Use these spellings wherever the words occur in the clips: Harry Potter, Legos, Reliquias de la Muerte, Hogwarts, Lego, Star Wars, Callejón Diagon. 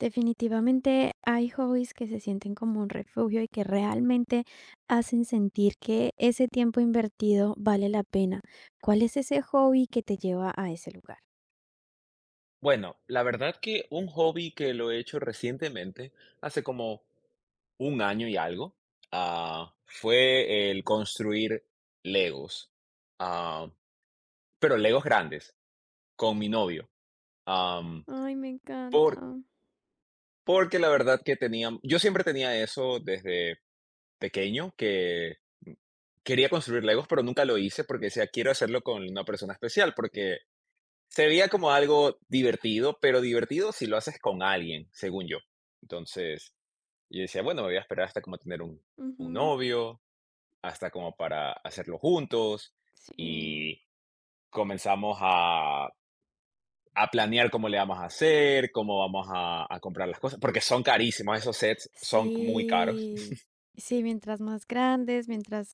Definitivamente hay hobbies que se sienten como un refugio y que realmente hacen sentir que ese tiempo invertido vale la pena. ¿Cuál es ese hobby que te lleva a ese lugar? Bueno, la verdad que un hobby que lo he hecho recientemente, hace como un año y algo, fue el construir Legos, ah, pero Legos grandes, con mi novio. am, Ay, me por, encanta. Porque la verdad que tenía, yo siempre tenía eso desde pequeño, que quería construir Legos, pero nunca lo hice porque decía, quiero hacerlo con una persona especial, porque se veía como algo divertido, pero divertido si lo haces con alguien, según yo. Entonces, y yo decía, bueno, me voy a esperar hasta como tener un Ujú. novio, hasta como para hacerlo juntos. Sí. Y comenzamos a, planear cómo le vamos a hacer, cómo vamos a comprar las cosas, porque son carísimos, esos sets son muy caros. Sí, sí, mientras más grandes, mientras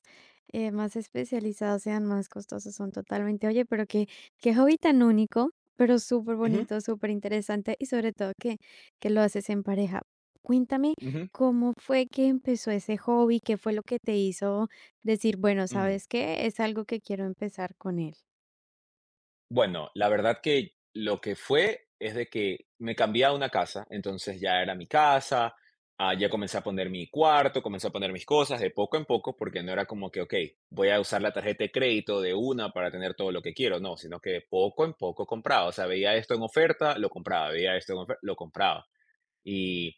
más especializados sean, más costosos son totalmente. Oye, pero qué hobby tan único, pero súper Ujú, bonito, súper interesante y sobre todo que lo haces en pareja. Cuéntame ujú, cómo fue que empezó ese hobby, qué fue lo que te hizo decir, bueno, ujú. ¿sabes qué? Es algo que quiero empezar con él. Bueno, la verdad que lo que fue es de que me cambié a una casa, entonces ya era mi casa. Ya comencé a poner mi cuarto, comencé a poner mis cosas de poco en poco, porque no era como que, ok, voy a usar la tarjeta de crédito de una para tener todo lo que quiero, no, sino que de poco en poco compraba, o sea, veía esto en oferta, lo compraba, veía esto en oferta, lo compraba. Y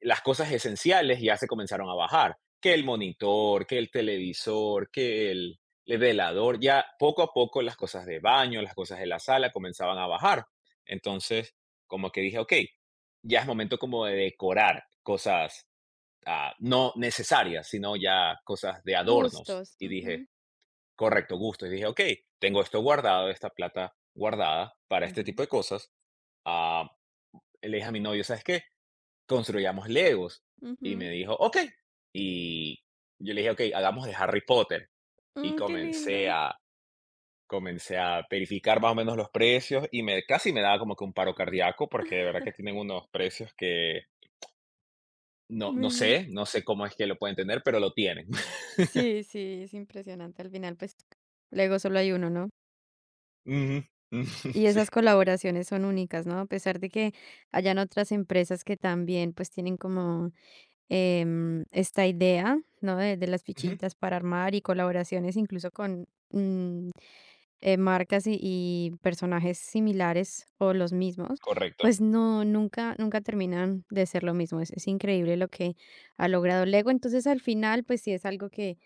las cosas esenciales ya se comenzaron a bajar, que el monitor, que el televisor, que el velador, ya poco a poco las cosas de baño, las cosas de la sala comenzaban a bajar. Entonces, como que dije, ok, ya es momento como de decorar cosas no necesarias, sino ya cosas de adornos. Gustos. Y Ujú, dije, correcto, gusto. Y dije, ok, tengo esto guardado, esta plata guardada para este ujú, tipo de cosas. Ah, Le dije a mi novio, ¿sabes qué? Construyamos Legos. Y ujú. me dijo, ok. Y yo le dije, ok, hagamos de Harry Potter. Y Mm, qué comencé lindo. a, comencé a verificar más o menos los precios y me, casi me daba como que un paro cardíaco porque de verdad que tienen unos precios que no, no Muy sé, no sé cómo es que lo pueden tener, pero lo tienen. Sí, sí, es impresionante. Al final, pues, luego solo hay uno, ¿no? Ujú, ujú, Y sí, esas colaboraciones son únicas, ¿no? A pesar de que hayan otras empresas que también, pues, tienen como esta idea, ¿no? De las ujú, fichitas para armar y colaboraciones incluso con marcas y personajes similares o los mismos, correcto. pues no, nunca, nunca terminan de ser lo mismo. Es increíble lo que ha logrado Lego. Entonces, al final, pues, sí es algo que,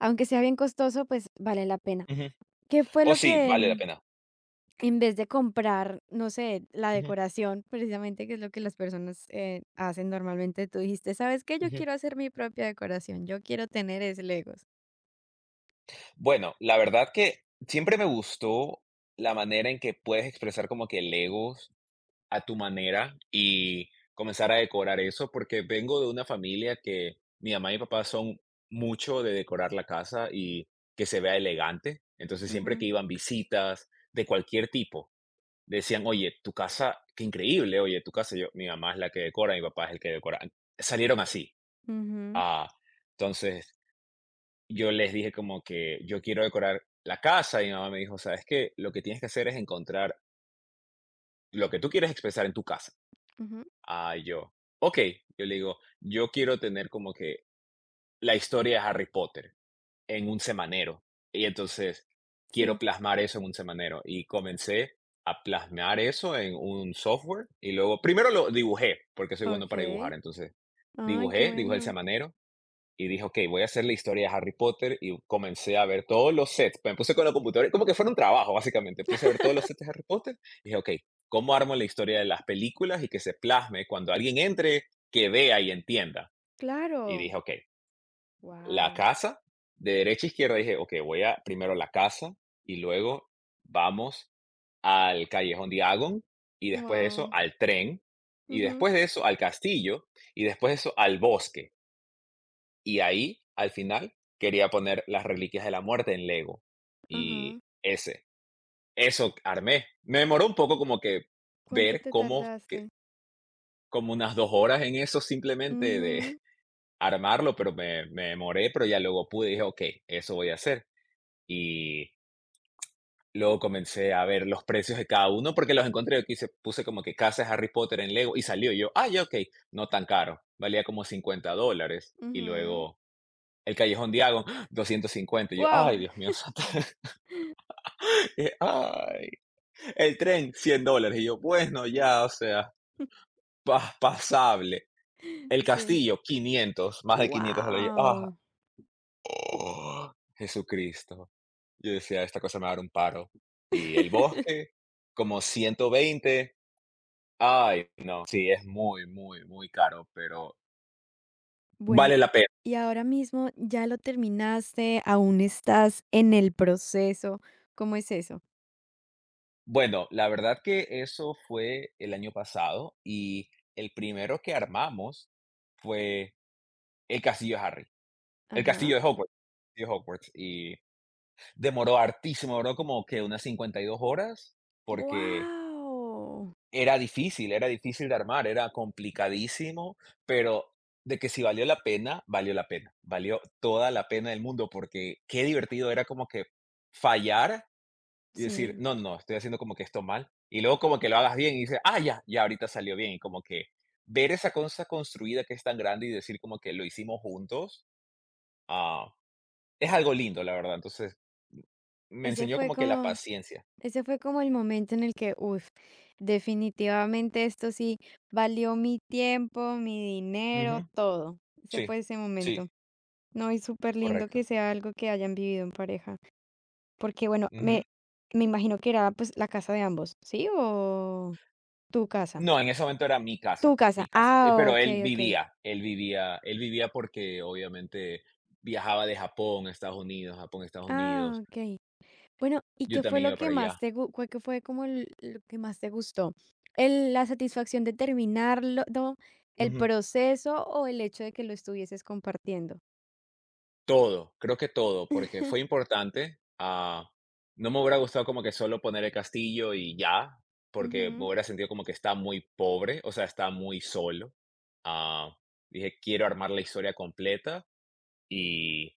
aunque sea bien costoso, pues vale la pena. Ujú. ¿Qué fue Oh, lo sí, que, vale la pena. en vez de comprar, no sé, la Ujú, decoración, precisamente, que es lo que las personas, hacen normalmente, tú dijiste: "¿Sabes qué? Yo ujú. quiero hacer mi propia decoración, yo quiero tener es Legos"? Bueno, la verdad que siempre me gustó la manera en que puedes expresar como que Legos a tu manera y comenzar a decorar eso, porque vengo de una familia que mi mamá y mi papá son mucho de decorar la casa y que se vea elegante. Entonces, siempre que Ujú, iban visitas de cualquier tipo, decían, oye, tu casa, qué increíble, oye, tu casa, yo, mi mamá es la que decora, mi papá es el que decora. Salieron así. ujú, Ah, entonces, yo les dije como que yo quiero decorar la casa y mi mamá me dijo, sabes que lo que tienes que hacer es encontrar lo que tú quieres expresar en tu casa. ujú. Ah, yo. Ok, yo le digo, yo quiero tener como que la historia de Harry Potter en un semanero. Y entonces quiero Sí. plasmar eso en un semanero. Y comencé a plasmar eso en un software. Y luego, primero lo dibujé, porque soy bueno para Okey. dibujar. Entonces, Ay, qué dibujé el bueno. semanero y dije, ok, voy a hacer la historia de Harry Potter y comencé a ver todos los sets. Me puse con la computadora, como que fuera un trabajo, básicamente. Puse a ver todos los sets de Harry Potter y dije, ok, ¿cómo armo la historia de las películas y que se plasme cuando alguien entre, que vea y entienda? Y Claro. dije, ok, la Wow. casa, de derecha a izquierda, dije, ok, voy a primero la casa y luego vamos al Callejón Diagon y después de eso Wow. al tren y Ujú. después de eso al castillo y después de eso al bosque. Y ahí, al final, quería poner las Reliquias de la Muerte en Lego. Ajá. Y ese Eso armé. Me demoró un poco como que ¿Cuánto ver te cómo que tardaste? como unas 2 horas en eso simplemente de Ujú, armarlo, pero me demoré, pero ya luego pude, dije: "Okey, eso voy a hacer". Y luego comencé a ver los precios de cada uno porque los encontré, aquí se puse como que casa de Harry Potter en Lego y salió, y yo: "Ay, okey, no tan caro". Valía como 50 dólares y ujú. luego el Callejón Diagon, 250. Y yo, Wow. ay, Dios mío, santo, ay. El tren, 100 dólares. Y yo, bueno, ya, o sea, pasable. El Sí. castillo, quinientos, más de 500 dólares. Y yo, ah, Wow. oh, Jesucristo. Yo decía, esta cosa me va a dar un paro. Y el bosque, como 120. Ay, no, sí, es muy, muy, muy caro, pero Bueno, vale la pena. y ahora mismo ya lo terminaste, aún estás en el proceso, ¿cómo es eso? Bueno, la verdad que eso fue el año pasado y el primero que armamos fue El castillo de Harry, el Ajá. castillo de Hogwarts, y demoró hartísimo, demoró como que unas 52 horas, porque Wow. Era difícil de armar, era complicadísimo, pero de que si valió la pena, valió la pena, valió toda la pena del mundo, porque qué divertido era como que fallar y decir: Sí, "No, no, no, estoy haciendo como que esto mal", y luego como que lo hagas bien y dices: "Ah, ya, ya ahorita salió bien", y como que ver esa cosa construida que es tan grande y decir como que lo hicimos juntos. ah, Es algo lindo, la verdad. Entonces, me ese enseñó fue como que la como paciencia. ese fue como el momento en el que, uff. Definitivamente esto sí valió mi tiempo, mi dinero, Ujú. todo. Ese Sí, fue ese sí, momento. No, y súper lindo que correcto. sea algo que hayan vivido en pareja. Porque bueno, Ujú. me imagino que era, pues, la casa de ambos, ¿sí? ¿O tu casa? No, en ese momento era mi Tu casa, casa. mi casa. Eh, Ah, pero él okey, okey. vivía, él vivía, él vivía porque obviamente viajaba de Japón a Estados Unidos, Japón a Estados Ah, Unidos. okey. Bueno, ¿y Yo qué fue también lo iba para que más allá. te gu cuál que fue como l lo que más te gustó? ¿El la satisfacción de terminarlo, do el proceso o el hecho de que lo estuvieses compartiendo? Todo, creo que todo, porque fue importante. No me hubiera gustado como que solo poner el castillo y ya, porque me Ujú, hubiera sentido como que está muy pobre, o sea, está muy solo. Ah, Dije, quiero armar la historia completa y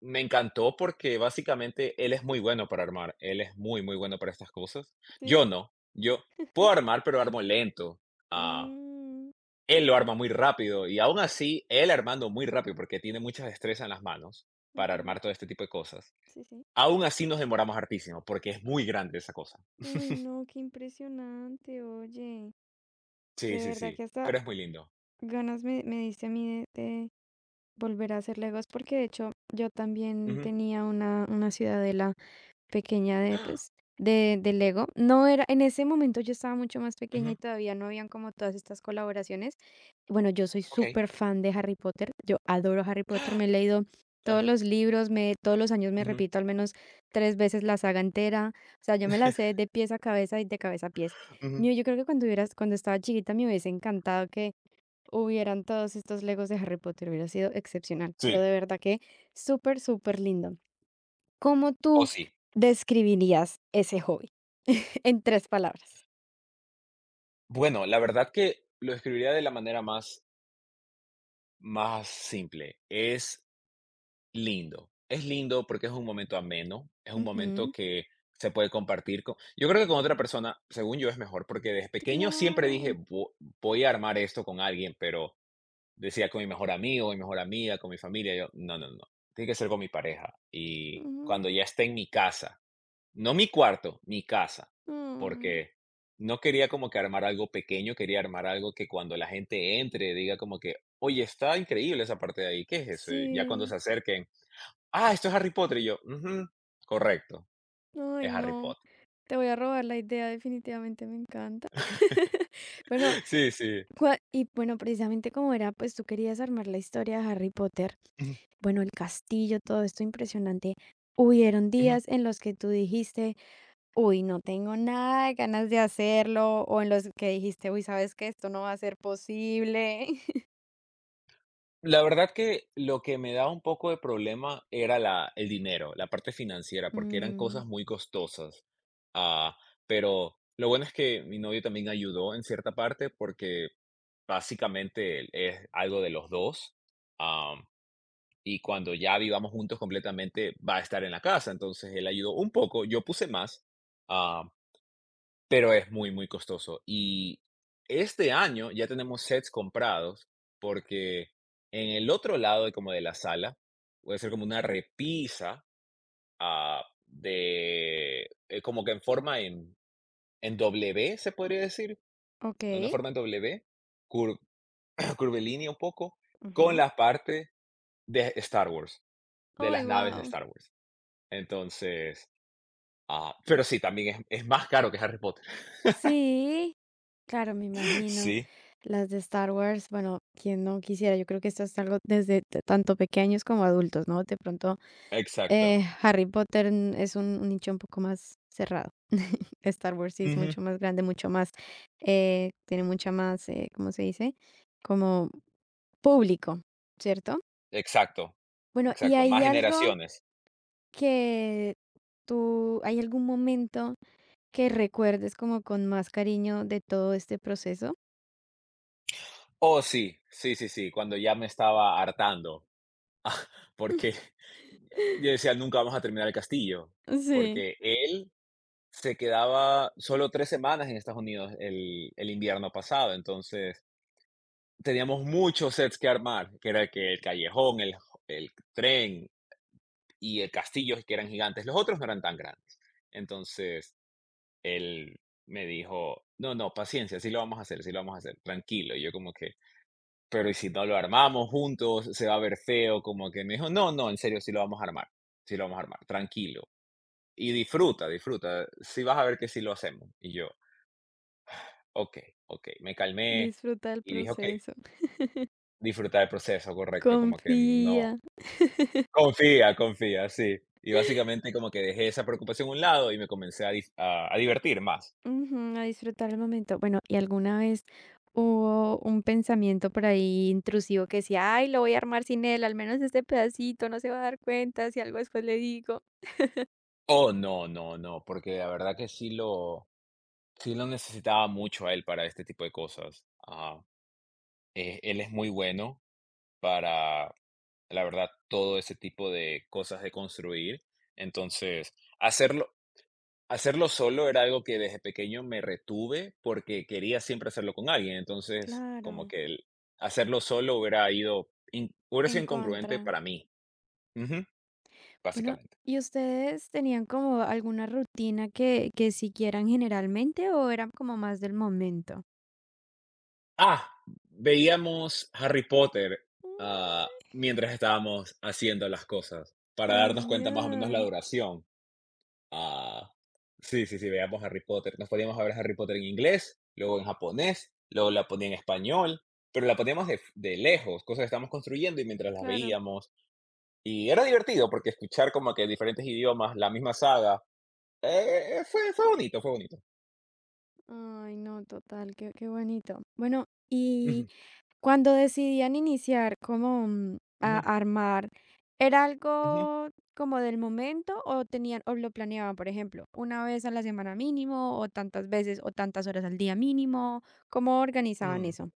me encantó porque básicamente él es muy bueno para armar, él es muy, muy bueno para estas cosas. sí. Yo no, yo puedo armar, pero armo lento. ah, Mm, Él lo arma muy rápido y aún así, él armando muy rápido, porque tiene mucha destreza en las manos para ujú. armar todo este tipo de cosas. Sí, sí. Aún así nos demoramos hartísimo, porque es muy grande esa cosa. Ay, no, qué impresionante, oye. Sí, De sí, verdad sí, que hasta pero es muy lindo. ganas me diste a mí de volver a hacer Legos porque de hecho yo también Ujú. tenía una ciudadela pequeña de ¡Ah! pues de Lego. No era, en ese momento yo estaba mucho más pequeña y Ujú, todavía no habían como todas estas colaboraciones. Bueno, yo soy okey. súper fan de Harry Potter. Yo adoro Harry Potter. Me Ah, he leído Ah, todos los libros, todos los años me ujú, repito al menos tres veces la saga entera. O sea, yo me la sé de pies a cabeza y de cabeza a pies. ujú. Yo creo que cuando estaba chiquita me hubiese encantado hubieran todos estos Legos de Harry Potter, hubiera sido excepcional, Sí, pero de verdad que súper, súper lindo. ¿Cómo o tú sí. describirías ese hobby en tres palabras? Bueno, la verdad que lo escribiría de la manera más, más simple. Es lindo. Es lindo porque es un momento ameno, es un momento Ujú. que se puede compartir con, yo creo que con otra persona, según yo, es mejor, porque desde pequeño siempre Claro. dije: "Vo Voy a armar esto con alguien", pero decía: "Con mi mejor amigo, mi mejor amiga, con mi familia", yo: "No, no, no, tiene que ser con mi pareja". Y Ujú. cuando ya esté en mi casa, no mi cuarto, mi casa, Ay, porque no quería como que armar algo pequeño, quería armar algo que cuando la gente entre diga como que: "Oye, está increíble esa parte de ahí, ¿qué es eso?". Y ya cuando sí. se acerquen, ah, esto es Harry Potter, y yo, ujú, correcto, Ay, es Harry no. Potter. Te voy a robar la idea, definitivamente me encanta. Bueno, Sí, sí. Y bueno, precisamente como era, pues tú querías armar la historia de Harry Potter, Ujú, bueno, el castillo, todo esto impresionante. Hubieron ujú. días en los que tú dijiste: "Uy, no tengo nada de ganas de hacerlo", o en los que dijiste: "Uy, ¿sabes que esto no va a ser posible?". La verdad que lo que me daba un poco de problema era la el dinero, la parte financiera, porque eran Mm, cosas muy costosas. Ah, pero lo bueno es que mi novio también ayudó en cierta parte porque básicamente es algo de los 2. am, y cuando ya vivamos juntos completamente va a estar en la casa, entonces él ayudó un poco, yo puse más. ah, Pero es muy, muy costoso. Y este año ya tenemos sets comprados porque en el otro lado de como de la sala puede ser como una repisa, de, como que en forma en W, se podría decir, en una okey. forma en W, cur curvilínea un poco, con Ujú. la parte de Star Wars, de Ay, las naves de guau. Star Wars. Entonces, pero sí, también es más caro que Harry Potter. Sí, claro, me imagino. Sí, Las de Star Wars, bueno, quién no quisiera. Yo creo que esto es algo desde t tanto pequeños como adultos, ¿no? De pronto, exacto. Harry Potter, es un nicho un poco más cerrado. Star Wars sí es mucho más grande, mucho más, tiene mucha más, ¿cómo se dice? Como público, ¿cierto? Exacto, Bueno, ¿y exacto, más hay algo generaciones. que tú hay algún momento que recuerdes como con más cariño de todo este proceso? Oh, sí, sí, sí, sí, cuando ya me estaba hartando, porque yo decía: "Nunca vamos a terminar el castillo", Sí, porque él se quedaba solo 3 semanas en Estados Unidos el invierno pasado, entonces teníamos muchos sets que armar, que era que el callejón, el tren y el castillo, que eran gigantes, los otros no eran tan grandes. Entonces, él me dijo: "No, no, paciencia, sí lo vamos a hacer, sí lo vamos a hacer, tranquilo", y yo como que: "Pero, ¿y si no lo armamos juntos? Se va a ver feo", como que me dijo: "No, no, en serio, sí lo vamos a armar, sí lo vamos a armar, tranquilo. Y disfruta, disfruta, sí vas a ver que sí lo hacemos". Y yo: "Okey, okey". Me calmé disfruta el y dije: "Okey, proceso. disfruta del proceso", correcto, como que Confía, no, confía, confía, sí. Y básicamente como que dejé esa preocupación a un lado y me comencé a dif a divertir más. ujú, a disfrutar el momento. Bueno, ¿y alguna vez hubo un pensamiento por ahí intrusivo que decía: "Ay, lo voy a armar sin él, al menos este pedacito, no se va a dar cuenta, si algo después le digo"? Oh, no, no, no, porque la verdad que sí lo necesitaba mucho a él para este tipo de cosas. Ajá. Él es muy bueno, para, la verdad, todo ese tipo de cosas de construir. Entonces, hacerlo, hacerlo solo era algo que desde pequeño me retuve porque quería siempre hacerlo con alguien. Entonces, como Claro, que el hacerlo solo hubiera ido, hubiera en sido incongruente contra. para mí. Ujú, Bueno, básicamente. ¿y ustedes tenían como alguna rutina que siguieran generalmente o eran como más del momento? Ah, Veíamos Harry Potter, Mm. mientras estábamos haciendo las cosas para darnos cuenta más o menos la Genial, duración. Ah, sí, sí, sí, veíamos Harry Potter. Nos podíamos ver Harry Potter en inglés, luego en japonés, luego la ponía en español, pero la poníamos de, lejos, cosas que estábamos construyendo y mientras las claro. veíamos. Y era divertido porque escuchar como que diferentes idiomas, la misma saga, fue bonito, fue bonito. Ay, no, total, qué bonito. Bueno, y Ujú, cuando decidían iniciar como a ujú, armar, ¿era ujú, algo como del momento o tenían o lo planeaban, por ejemplo, una vez a la semana mínimo o tantas veces o tantas horas al día mínimo? ¿Cómo organizaban mm. eso?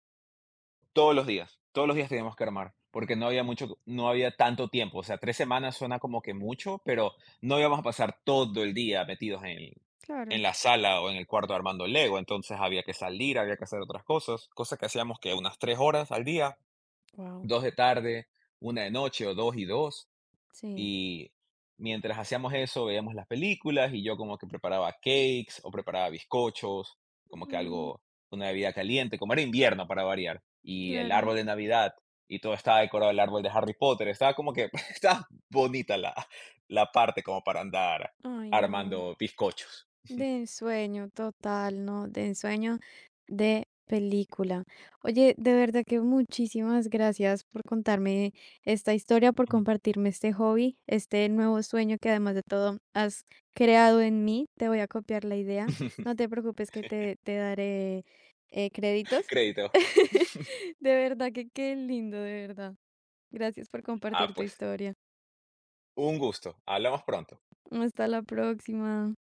Todos los días teníamos que armar, porque no había mucho, no había tanto tiempo, o sea, 3 semanas suena como que mucho, pero no íbamos a pasar todo el día metidos en Claro. en la sala o en el cuarto armando Lego, entonces había que salir, había que hacer otras cosas, cosas que hacíamos que unas 3 horas al día, Wow. 2 de tarde, una de noche o 2 y 2. Sí. Y mientras hacíamos eso, veíamos las películas y yo como que preparaba cakes o preparaba bizcochos, como que Mm, algo, una bebida caliente, como era invierno para variar. Y el claro. árbol de Navidad y todo estaba decorado, el árbol de Harry Potter, estaba como que, estaba bonita la, la parte como para andar Ay, no. armando bizcochos. De ensueño, total, no. De ensueño de película. Oye, de verdad que muchísimas gracias por contarme esta historia, por Ujú. compartirme este hobby, este nuevo sueño que además de todo has creado en mí. Te voy a copiar la idea. No te preocupes que te daré créditos. Crédito. De verdad que qué lindo, de verdad. Gracias por Ah, compartir tu pues, historia. un gusto. Hablamos pronto. Hasta la próxima.